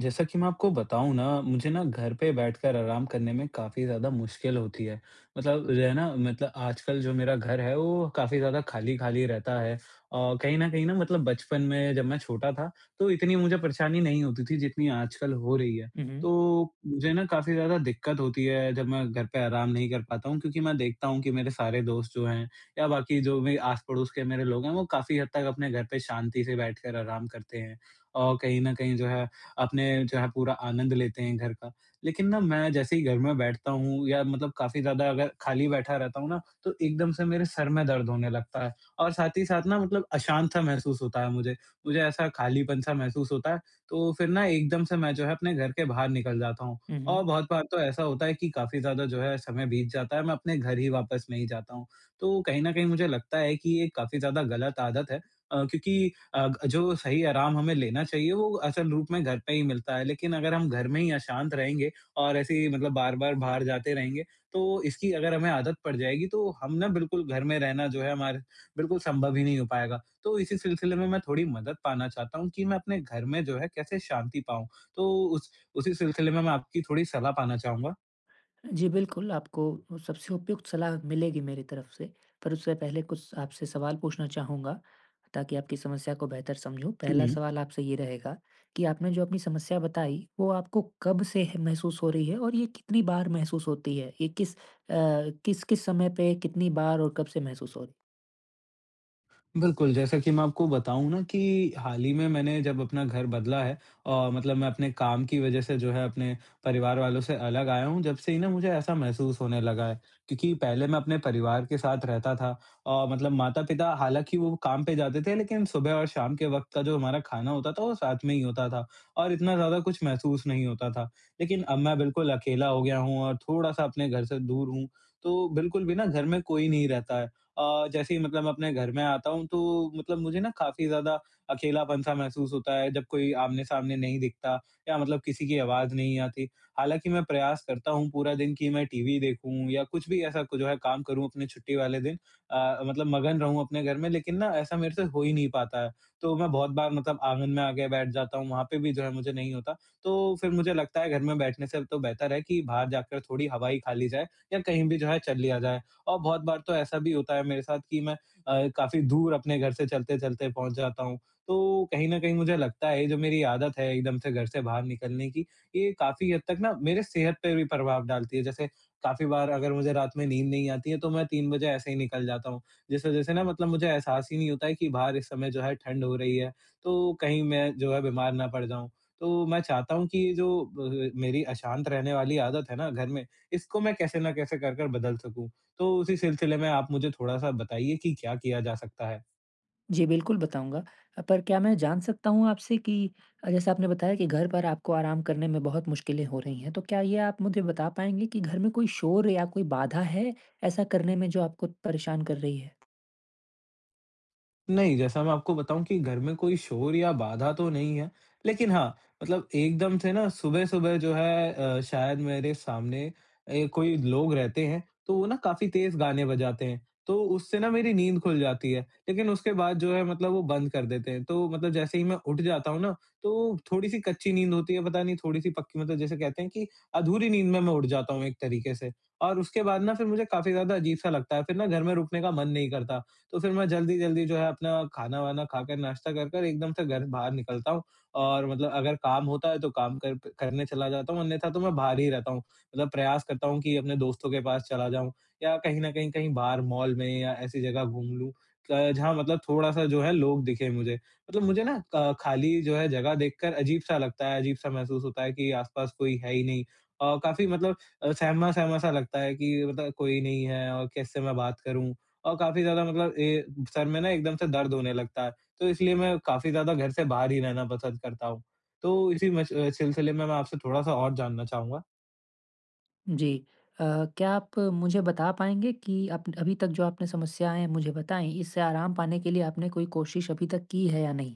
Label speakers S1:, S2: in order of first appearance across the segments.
S1: जैसा कि मैं आपको बताऊँ ना, मुझे ना घर पे बैठकर आराम करने में काफ़ी ज़्यादा मुश्किल होती है। मतलब जो है ना मतलब आजकल जो मेरा घर है वो काफ़ी ज़्यादा खाली-खाली रहता है। कहीं न कहीं ना मतलब बचपन में जब मैं छोटा था तो इतनी मुझे परेशानी नहीं होती थी जितनी आजकल हो रही है।
S2: हुँ,
S1: तो मुझे ना काफ़ी ज़्यादा दिक्कत होती है जब मैं घर पे आराम नहीं कर पाता हूँ, क्योंकि मैं देखता हूँ कि मेरे सारे दोस्त जो हैं या बाकी जो भी आस-पड़ोस के मेरे लोग हैं वो काफ़ी हद तक अपने घर पे शांति से बैठकर आराम करते हैं। और कहीं न कहीं जो है अपने जो है पूरा आनंद लेते हैं घर का। लेकिन ना मैं जैसे ही घर में बैठता हूँ या मतलब काफ़ी ज़्यादा अगर खाली बैठा रहता हूँ ना, तो एकदम से मेरे सर में दर्द होने लगता है और साथ ही साथ ना मतलब अशांत-सा महसूस होता है मुझे। मुझे ऐसा खालीपन-सा महसूस होता है, तो फिर ना एकदम से मैं जो है अपने घर के बाहर निकल जाता हूँ।
S2: हुँ,
S1: और
S2: हुँ।
S1: बहुत बार तो ऐसा होता है कि काफ़ी ज़्यादा जो है समय बीत जाता है, मैं अपने घर ही वापस नहीं जाता हूँ। तो कहीं न कहीं मुझे लगता है कि ये काफ़ी ज़्यादा गलत आदत है, क्योंकि जो सही आराम हमें लेना चाहिए वो असल रूप में घर पे ही मिलता है। लेकिन अगर हम घर में ही अशांत रहेंगे और ऐसे ही मतलब बार-बार बाहर जाते रहेंगे, तो इसकी अगर हमें आदत पड़ जाएगी तो हम ना बिल्कुल घर में रहना जो है हमारे बिल्कुल संभव ही नहीं हो पाएगा। तो इसी सिलसिले में मैं थोड़ी मदद पाना चाहता हूँ कि मैं अपने घर में जो है कैसे शांति पाऊँ? तो उस उसी सिलसिले में मैं आपकी थोड़ी सलाह पाना चाहूँगा।
S2: जी, बिल्कुल आपको सबसे उपयुक्त सलाह मिलेगी मेरी तरफ से, पर उससे पहले कुछ आपसे सवाल पूछना चाहूँगा ताकि आपकी समस्या को बेहतर समझूँ। पहला सवाल आपसे ये रहेगा कि आपने जो अपनी समस्या बताई, वो आपको कब से है महसूस हो रही है और ये कितनी बार महसूस होती है? ये किस-किस समय पे, कितनी बार और कब से महसूस हो रही? है।
S1: बिल्कुल, जैसा कि मैं आपको बताऊँ ना कि हाल ही में मैंने जब अपना घर बदला है और मतलब मैं अपने काम की वज़ह से जो है अपने परिवार वालों से अलग आया हूँ, जब से ही ना मुझे ऐसा महसूस होने लगा है। क्योंकि पहले मैं अपने परिवार के साथ रहता था और मतलब माता-पिता हालाँकि वो काम पे जाते थे लेकिन सुबह और शाम के वक़्त का जो हमारा खाना होता था वो साथ में ही होता था और इतना ज़्यादा कुछ महसूस नहीं होता था। लेकिन अब मैं बिल्कुल अकेला हो गया हूँ और थोड़ा-सा अपने घर से दूर हूँ, तो बिल्कुल भी ना घर में कोई नहीं रहता है। जैसे ही मतलब मैं अपने घर में आता हूँ तो मतलब मुझे ना काफ़ी ज़्यादा अकेलापन-सा महसूस होता है जब कोई आमने-सामने नहीं दिखता या मतलब किसी की आवाज़ नहीं आती। हालाँकि मैं प्रयास करता हूँ पूरा दिन कि मैं टीवी देखूँ या कुछ भी ऐसा कुछ जो है काम करूँ अपने छुट्टी वाले दिन, मतलब मगन रहूँ अपने घर में लेकिन ना ऐसा मेरे से हो ही नहीं पाता है। तो मैं बहुत बार मतलब आँगन में आके बैठ जाता हूँ, वहाँ पे भी जो है मुझे नहीं होता। तो फिर मुझे लगता है घर में बैठने से तो बेहतर है कि बाहर जाकर थोड़ी हवा ही खा ली जाए या कहीं भी जो है चल लिया जाए। और बहुत बार तो ऐसा भी होता है मेरे साथ कि मैं काफ़ी दूर अपने घर से चलते-चलते पहुँच जाता हूँ। तो कहीं न कहीं मुझे लगता है ये जो मेरी आदत है एकदम से घर से बाहर निकलने की, ये काफ़ी हद तक ना मेरे सेहत पे भी प्रभाव डालती है। जैसे काफ़ी बार अगर मुझे रात में नींद नहीं आती है तो मैं 3 बजे ऐसे ही निकल जाता हूँ। जिस वज़ह से ना मतलब मुझे एहसास ही नहीं होता है कि बाहर इस समय जो है ठंड हो रही है, तो कहीं मैं जो है बीमार ना पड़ जाऊँ। तो मैं चाहता हूँ कि ये जो ब मेरी अशांत रहने वाली आदत है ना घर में, इसको मैं कैसे ना कैसे कर, कर बदल सकूँ। तो उसी सिलसिले में आप मुझे थोड़ा-सा बताइए कि क्या किया जा सकता है?
S2: जी, बिल्कुल बताऊँगा। पर क्या मैं जान सकता हूँ आपसे कि जैसे आपने बताया कि घर पर आपको आराम करने में बहुत मुश्किलें हो रही हैं, तो क्या ये आप मुझे बता पाएँगे कि घर में कोई शोर या कोई बाधा है ऐसा करने में जो आपको परेशान कर रही है?
S1: नहीं, जैसा मैं आपको बताऊँ कि घर में कोई शोर या बाधा तो नहीं है, लेकिन हाँ, मतलब एकदम से ना सुबह-सुबह जो है, शायद मेरे सामने कोई लोग रहते हैं, तो वो ना काफ़ी तेज़ गाने बजाते हैं, तो उससे ना मेरी नींद खुल जाती है। लेकिन उसके बाद जो है मतलब वो बंद कर देते हैं, तो मतलब जैसे ही मैं उठ जाता हूँ ना, तो थोड़ी-सी कच्ची नींद होती है, पता नहीं थोड़ी-सी पक्की मतलब जैसे कहते हैं कि अधूरी नींद में मैं उठ जाता हूँ एक तरीके से। और उसके बाद ना फिर मुझे काफ़ी ज़्यादा अजीब-सा लगता है, फिर ना घर में रुकने का मन नहीं करता। तो फिर मैं जल्दी-जल्दी जो है अपना खाना-वाना खाकर, नाश्ता कर कर एकदम से घर बाहर निकलता हूँ और मतलब अगर काम होता है तो काम कर प करने चला जाता हूँ, अन्यथा तो मैं बाहर ही रहता हूँ। मतलब प्रयास करता हूँ कि अपने दोस्तों के पास चला जाऊँ या कहीं न कहीं कहीं बाहर मॉल में या ऐसी जगह घूम लूँ, जहाँ मतलब थोड़ा-सा जो है लोग दिखें मुझे। मतलब मुझे ना क खाली जो है जगह देखकर अजीब-सा लगता है, अजीब-सा महसूस होता है कि आस-पास कोई है ही नहीं। काफ़ी मतलब, सहमा-सहमा सा लगता है कि मतलब कोई नहीं है और किससे मैं बात करूँ? और काफ़ी ज़्यादा मतलब, सर में ना एकदम से दर्द होने लगता है, तो इसलिए मैं काफ़ी ज़्यादा घर से बाहर ही रहना पसंद करता हूँ। तो इसी सिलसिले में मैं आपसे थोड़ा-सा और जानना चाहूँगा।
S2: जी। अ, क्या आप मुझे बता पाएँगे कि आप अभी तक जो आपने समस्याएँ मुझे बताई, इससे आराम पाने के लिए आपने कोई कोशिश अभी तक की है या नहीं?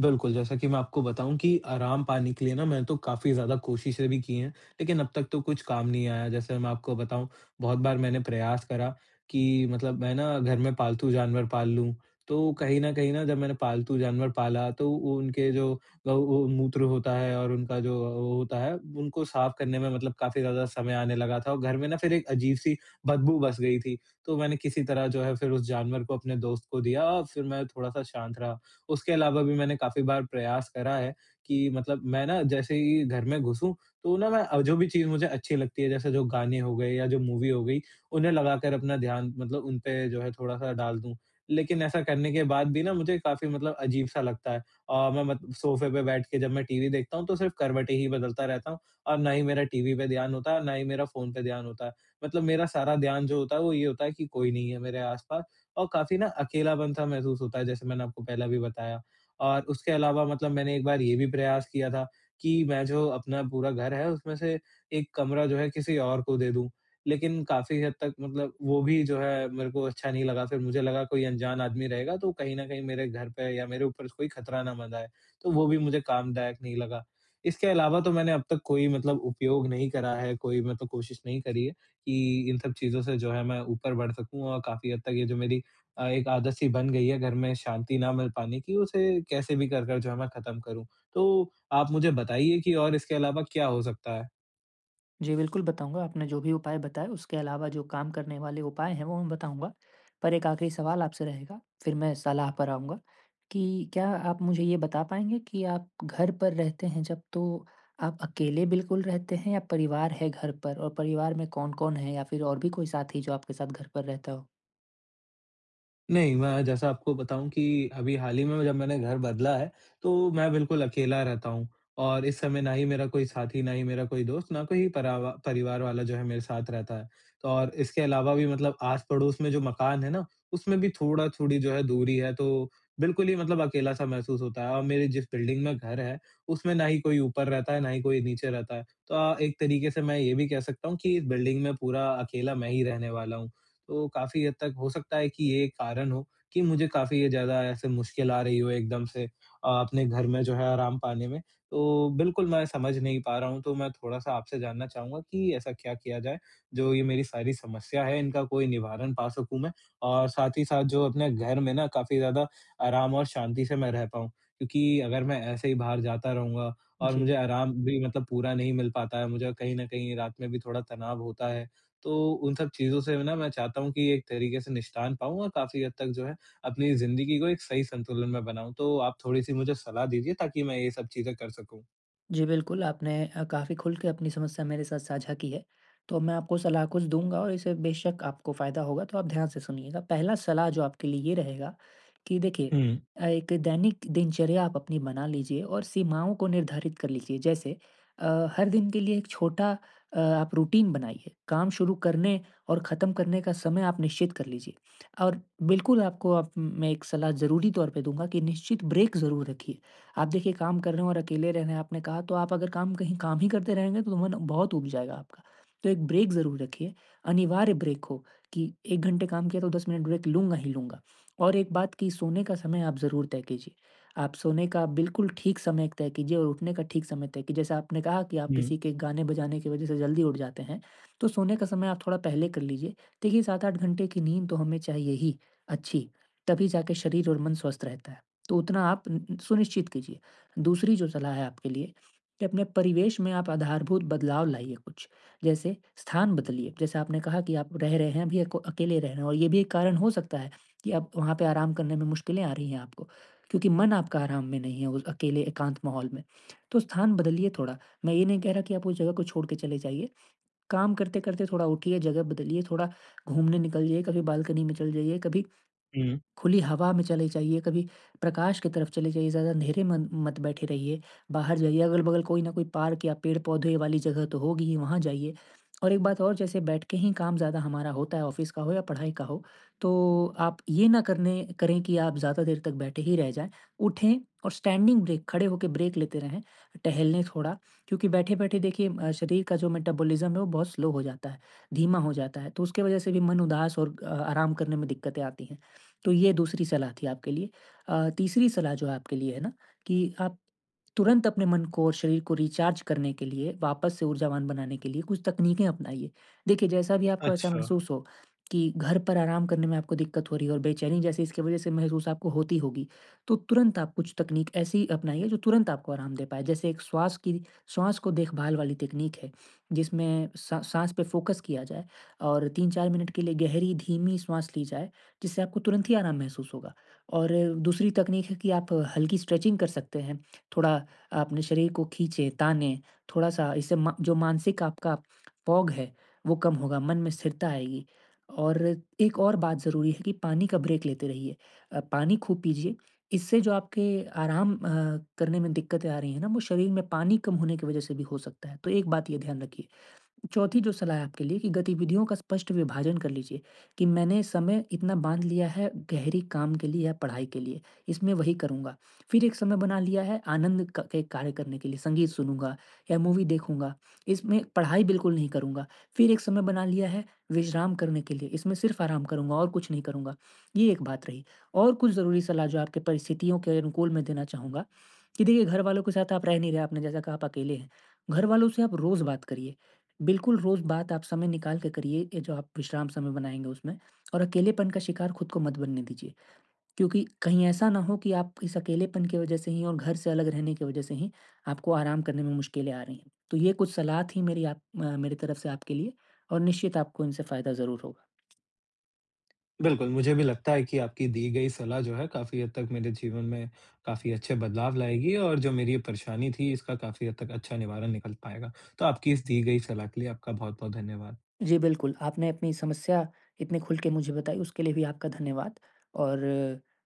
S1: बिल्कुल, जैसा कि मैं आपको बताऊँ कि आराम पाने के लिए ना मैंने तो काफ़ी ज़्यादा कोशिशें भी की हैं, लेकिन अब तक तो कुछ काम नहीं आया। जैसे मैं आपको बताऊँ, बहुत बार मैंने प्रयास करा कि मतलब मैं ना घर में पालतू जानवर पाल लूँ। तो कहीं न कहीं ना जब मैंने पालतू जानवर पाला तो वो उनके जो वो मूत्र होता है और उनका जो वो होता है, उनको साफ़ करने में मतलब काफ़ी ज़्यादा समय आने लगा था और घर में ना फिर एक अजीब-सी बदबू बस गई थी। तो मैंने किसी तरह जो है फिर उस जानवर को अपने दोस्त को दिया और फिर मैं थोड़ा-सा शांत रहा। उसके अलावा भी मैंने काफ़ी बार प्रयास करा है कि मतलब मैं ना जैसे ही घर में घुसूँ, तो ना मैं जो भी चीज़ मुझे अच्छी लगती है, जैसे जो गाने हो गए या जो मूवी हो गई, उन्हें लगाकर अपना ध्यान मतलब उन पे जो है थोड़ा-सा डाल दूँ। लेकिन ऐसा करने के बाद भी ना मुझे काफ़ी मतलब अजीब-सा लगता है और मैं मत सोफ़े पे बैठ के जब मैं टीवी देखता हूँ, तो सिर्फ़ करवटें ही बदलता रहता हूँ और ना ही मेरा टीवी पे ध्यान होता है और ना ही मेरा फ़ोन पे ध्यान होता है। मतलब मेरा सारा ध्यान जो होता है, वो ये होता है कि कोई नहीं है मेरे आस-पास और काफ़ी ना अकेलापन सा महसूस होता है, जैसे मैंने आपको पहले भी बताया। और उसके अलावा मतलब मैंने एक बार ये भी प्रयास किया था कि मैं जो अपना पूरा घर है, उसमें से एक कमरा जो है किसी और को दे दूँ। लेकिन काफ़ी हद तक मतलब वो भी जो है मेरे को अच्छा नहीं लगा, फिर मुझे लगा कोई अनजान आदमी रहेगा तो कहीं न कहीं मेरे घर पे या मेरे ऊपर कोई खतरा ना मंडराए, तो वो भी मुझे कामदायक नहीं लगा। इसके अलावा तो मैंने अब तक कोई मतलब उपयोग नहीं करा है, कोई मतलब कोशिश नहीं करी है कि इन सब चीज़ों से जो है मैं ऊपर बढ़ सकूँ और काफ़ी हद तक ये जो मेरी एक आदत सी बन गई है घर में शांति ना मिल पाने की, उसे कैसे भी कर, कर जो है मैं ख़त्म करूँ। तो आप मुझे बताइए कि और इसके अलावा क्या हो सकता है?
S2: जी, बिल्कुल बताऊँगा, आपने जो भी उपाय बताए उसके अलावा जो काम करने वाले उपाय हैं वो मैं बताऊँगा। पर एक आखिरी सवाल आपसे रहेगा, फिर मैं सलाह पर आऊँगा कि क्या आप मुझे ये बता पाएँगे कि आप घर पर रहते हैं जब तो आप अकेले बिल्कुल रहते हैं या परिवार है घर पर? और परिवार में कौन-कौन है या फिर और भी कोई साथी जो आपके साथ घर पर रहता हो?
S1: नहीं, मैं जैसा आपको बताऊँ कि अभी हाल ही में जब मैंने घर बदला है, तो मैं बिल्कुल अकेला रहता हूँ और इस समय ना ही मेरा कोई साथी, ना ही मेरा कोई दोस्त, ना कोई परावा परिवार वाला जो है मेरे साथ रहता है। तो और इसके अलावा भी मतलब आस-पड़ोस में जो मकान है ना, उसमें भी थोड़ा-थोड़ी जो है दूरी है, तो बिल्कुल ही मतलब अकेला-सा महसूस होता है और मेरे जिस बिल्डिंग में घर है, उसमें ना ही कोई ऊपर रहता है, ना ही कोई नीचे रहता है। तो एक तरीके से मैं ये भी कह सकता हूँ कि इस बिल्डिंग में पूरा अकेला मैं ही रहने वाला हूँ। तो काफ़ी हद तक हो सकता है कि ये एक कारण हो कि मुझे काफ़ी ज़्यादा ऐसे मुश्किल आ रही हो एकदम से अपने घर में जो है आराम पाने में। तो बिल्कुल मैं समझ नहीं पा रहा हूँ, तो मैं थोड़ा-सा आपसे जानना चाहूँगा कि ऐसा क्या किया जाए, जो ये मेरी सारी समस्या है इनका कोई निवारण पा सकूँ मैं? और साथ ही साथ जो अपने घर में ना काफ़ी ज़्यादा आराम और शांति से मैं रह पाऊँ। क्योंकि अगर मैं ऐसे ही बाहर जाता रहूँगा और
S2: जी।
S1: मुझे आराम भी मतलब पूरा नहीं मिल पाता है, मुझे कहीं न कहीं रात में भी थोड़ा तनाव होता है, तो उन सब चीज़ों से ना मैं चाहता हूँ कि एक तरीके से निष्ठान पाऊँ और काफ़ी हद तक जो है अपनी ज़िंदगी को एक सही संतुलन में बनाऊँ। तो आप थोड़ी-सी मुझे सलाह दीजिए ताकि मैं ये सब चीज़ें कर सकूँ।
S2: जी, बिल्कुल, आपने काफ़ी खुल के अपनी समस्या मेरे साथ साझा की है। तो मैं आपको सलाह कुछ दूँगा और इससे बेशक आपको फ़ायदा होगा, तो आप ध्यान से सुनिएगा। पहला सलाह जो आपके लिए ये रहेगा कि देखिए
S1: हुँ,
S2: एक दैनिक दिनचर्या आप अपनी बना लीजिए और सीमाओं को निर्धारित कर लीजिए। जैसे अ, हर दिन के लिए एक छोटा आप रूटीन बनाइए। काम शुरू करने और ख़त्म करने का समय आप निश्चित कर लीजिए और बिल्कुल आपको आप मैं एक सलाह ज़रूरी तौर पे दूँगा कि निश्चित ब्रेक ज़रूर रखिए। आप देखिए काम कर रहे हो और अकेले रह रहे हैं आपने कहा, तो आप अगर काम कहीं काम ही करते रहेंगे तो मन बहुत ऊब जाएगा आपका। तो एक ब्रेक ज़रूर रखिए, अनिवार्य ब्रेक हो कि 1 घंटे काम किया तो 10 मिनट ब्रेक लूँगा ही लूँगा। और एक बात कि सोने का समय आप ज़रूर तय कीजिए। आप सोने का बिल्कुल ठीक समय एक तय कीजिए और उठने का ठीक समय तय कीजिए। जैसे आपने कहा कि आप
S1: हुँ,
S2: किसी के गाने बजाने की वज़ह से जल्दी उठ जाते हैं, तो सोने का समय आप थोड़ा पहले कर लीजिए। देखिए 7-8 घंटे की नींद तो हमें चाहिए ही अच्छी, तभी जाके शरीर और मन स्वस्थ रहता है। तो उतना आप न न सुनिश्चित कीजिए। दूसरी जो सलाह है आपके लिए कि अपने परिवेश में आप आधारभूत बदलाव लाइए कुछ। जैसे स्थान बदलिए, जैसे आपने कहा कि आप रह रहे हैं अभी अको अकेले रह रहे हैं और ये भी एक कारण हो सकता है कि आप वहाँ पे आराम करने में मुश्किलें आ रही हैं आपको, क्योंकि मन आपका आराम में नहीं है उस अकेले एकांत माहौल में। तो स्थान बदलिए थोड़ा, मैं ये नहीं कह रहा कि आप उस जगह को छोड़ के चले जाइए। काम करते-करते थोड़ा उठिए, जगह बदलिए, थोड़ा घूमने निकल जाइए, कभी बालकनी में चले जाइए, कभी
S1: हुँ।
S2: खुली हवा में चले जाइए, कभी प्रकाश की तरफ चले जाइए, ज़्यादा अंधेरे मन मत बैठे रहिए। बाहर जाइए, अगल-बगल कोई ना कोई पार्क या पेड़-पौधे वाली जगह तो होगी ही, वहाँ जाइए। और एक बात और जैसे बैठ के ही काम ज़्यादा हमारा होता है, ऑफ़िस का हो या पढ़ाई का हो, तो आप ये ना करने करें कि आप ज़्यादा देर तक बैठे ही रह जाएँ। उठें और स्टैंडिंग ब्रेक, खड़े होके ब्रेक लेते रहें, टहलें थोड़ा क्योंकि बैठे-बैठे देखिए शरीर का जो मेटाबॉलिज़्म है वो बहुत स्लो हो जाता है, धीमा हो जाता है, तो उसके वजह से भी मन उदास और आराम करने में दिक्कतें आती हैं। तो ये दूसरी सलाह थी आपके लिए। तीसरी सलाह जो है आपके लिए है ना कि आप तुरंत अपने मन को और शरीर को रिचार्ज करने के लिए, वापस से ऊर्जावान बनाने के लिए कुछ तकनीकें अपनाइए। देखिए, जैसा भी आपको ऐसा
S1: अच्छा,
S2: महसूस हो कि घर पर आराम करने में आपको दिक्कत हो रही है और बेचैनी जैसे इसकी वज़ह से महसूस आपको होती होगी, तो तुरंत आप कुछ तकनीक ऐसी अपनाइए जो तुरंत आपको आराम दे पाए। जैसे एक श्वास को देखभाल वाली तकनीक है, जिसमें सा साँस पे फ़ोकस किया जाए और 3-4 मिनट के लिए गहरी धीमी श्वास ली जाए जिससे आपको तुरंत ही आराम महसूस होगा। और दूसरी तकनीक है कि आप हल्की स्ट्रेचिंग कर सकते हैं। थोड़ा अपने शरीर को खींचें, तानें, थोड़ा-सा इससे मा जो मानसिक आपका फॉग है, वो कम होगा, मन में स्थिरता आएगी। और एक और बात ज़रूरी है कि पानी का ब्रेक लेते रहिए। पानी खूब पीजिए, इससे जो आपके आराम करने में दिक्कतें आ रही हैं ना, वो शरीर में पानी कम होने की वज़ह से भी हो सकता है। तो एक बात ये ध्यान रखिए। चौथी जो सलाह है आपके लिए कि गतिविधियों का स्पष्ट विभाजन कर लीजिए कि मैंने समय इतना बांध लिया है गहरी काम के लिए या पढ़ाई के लिए इसमें वही करूँगा। फिर एक समय बना लिया है आनंद के कार्य करने के लिए संगीत सुनूंगा या मूवी देखूंगा, इसमें पढ़ाई बिल्कुल नहीं करूंगा। फिर एक समय बना लिया है विश्राम करने के लिए, इसमें सिर्फ आराम करूंगा और कुछ नहीं करूंगा। ये एक बात रही और कुछ ज़रूरी सलाह जो आपके परिस्थितियों के अनुकूल मैं देना चाहूँगा कि देखिए घर वालों के साथ आप रह नहीं रहे, आपने जैसा कहा आप अकेले हैं, घर वालों से आप रोज़ बात करिए। बिल्कुल, रोज़ बात आप समय निकाल के करिए, ये जो आप विश्राम समय बनाएँगे उसमें, और अकेलेपन का शिकार खुद को मत बनने दीजिए। क्योंकि कहीं ऐसा ना हो कि आप इस अकेलेपन की वज़ह से ही और घर से अलग रहने की वज़ह से ही आपको आराम करने में मुश्किलें आ रही हैं। तो ये कुछ सलाह थी मेरी मेरी तरफ से आपके लिए और निश्चित आपको इनसे फ़ायदा ज़रूर होगा।
S1: बिल्कुल, मुझे भी लगता है कि आपकी दी गई सलाह जो है काफ़ी हद तक मेरे जीवन में काफ़ी अच्छे बदलाव लाएगी और जो मेरी ये परेशानी थी इसका काफ़ी हद तक अच्छा निवारण निकल पाएगा। तो आपकी इस दी गई सलाह के लिए आपका बहुत-बहुत धन्यवाद।
S2: जी, बिल्कुल, आपने अपनी समस्या इतने खुल के मुझे बताई, उसके लिए भी आपका धन्यवाद और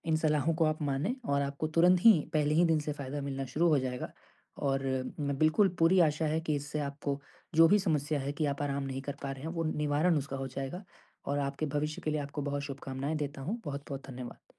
S2: इन सलाहों को आप मानें और आपको तुरंत ही पहले ही दिन से फ़ायदा मिलना शुरू हो जाएगा और मैं बिल्कुल पूरी आशा है कि इससे आपको जो भी समस्या है कि आप आराम नहीं कर पा रहे हैं, वो निवारण उसका हो जाएगा और आपके भविष्य के लिए आपको बहुत शुभकामनाएँ देता हूँ। बहुत-बहुत धन्यवाद।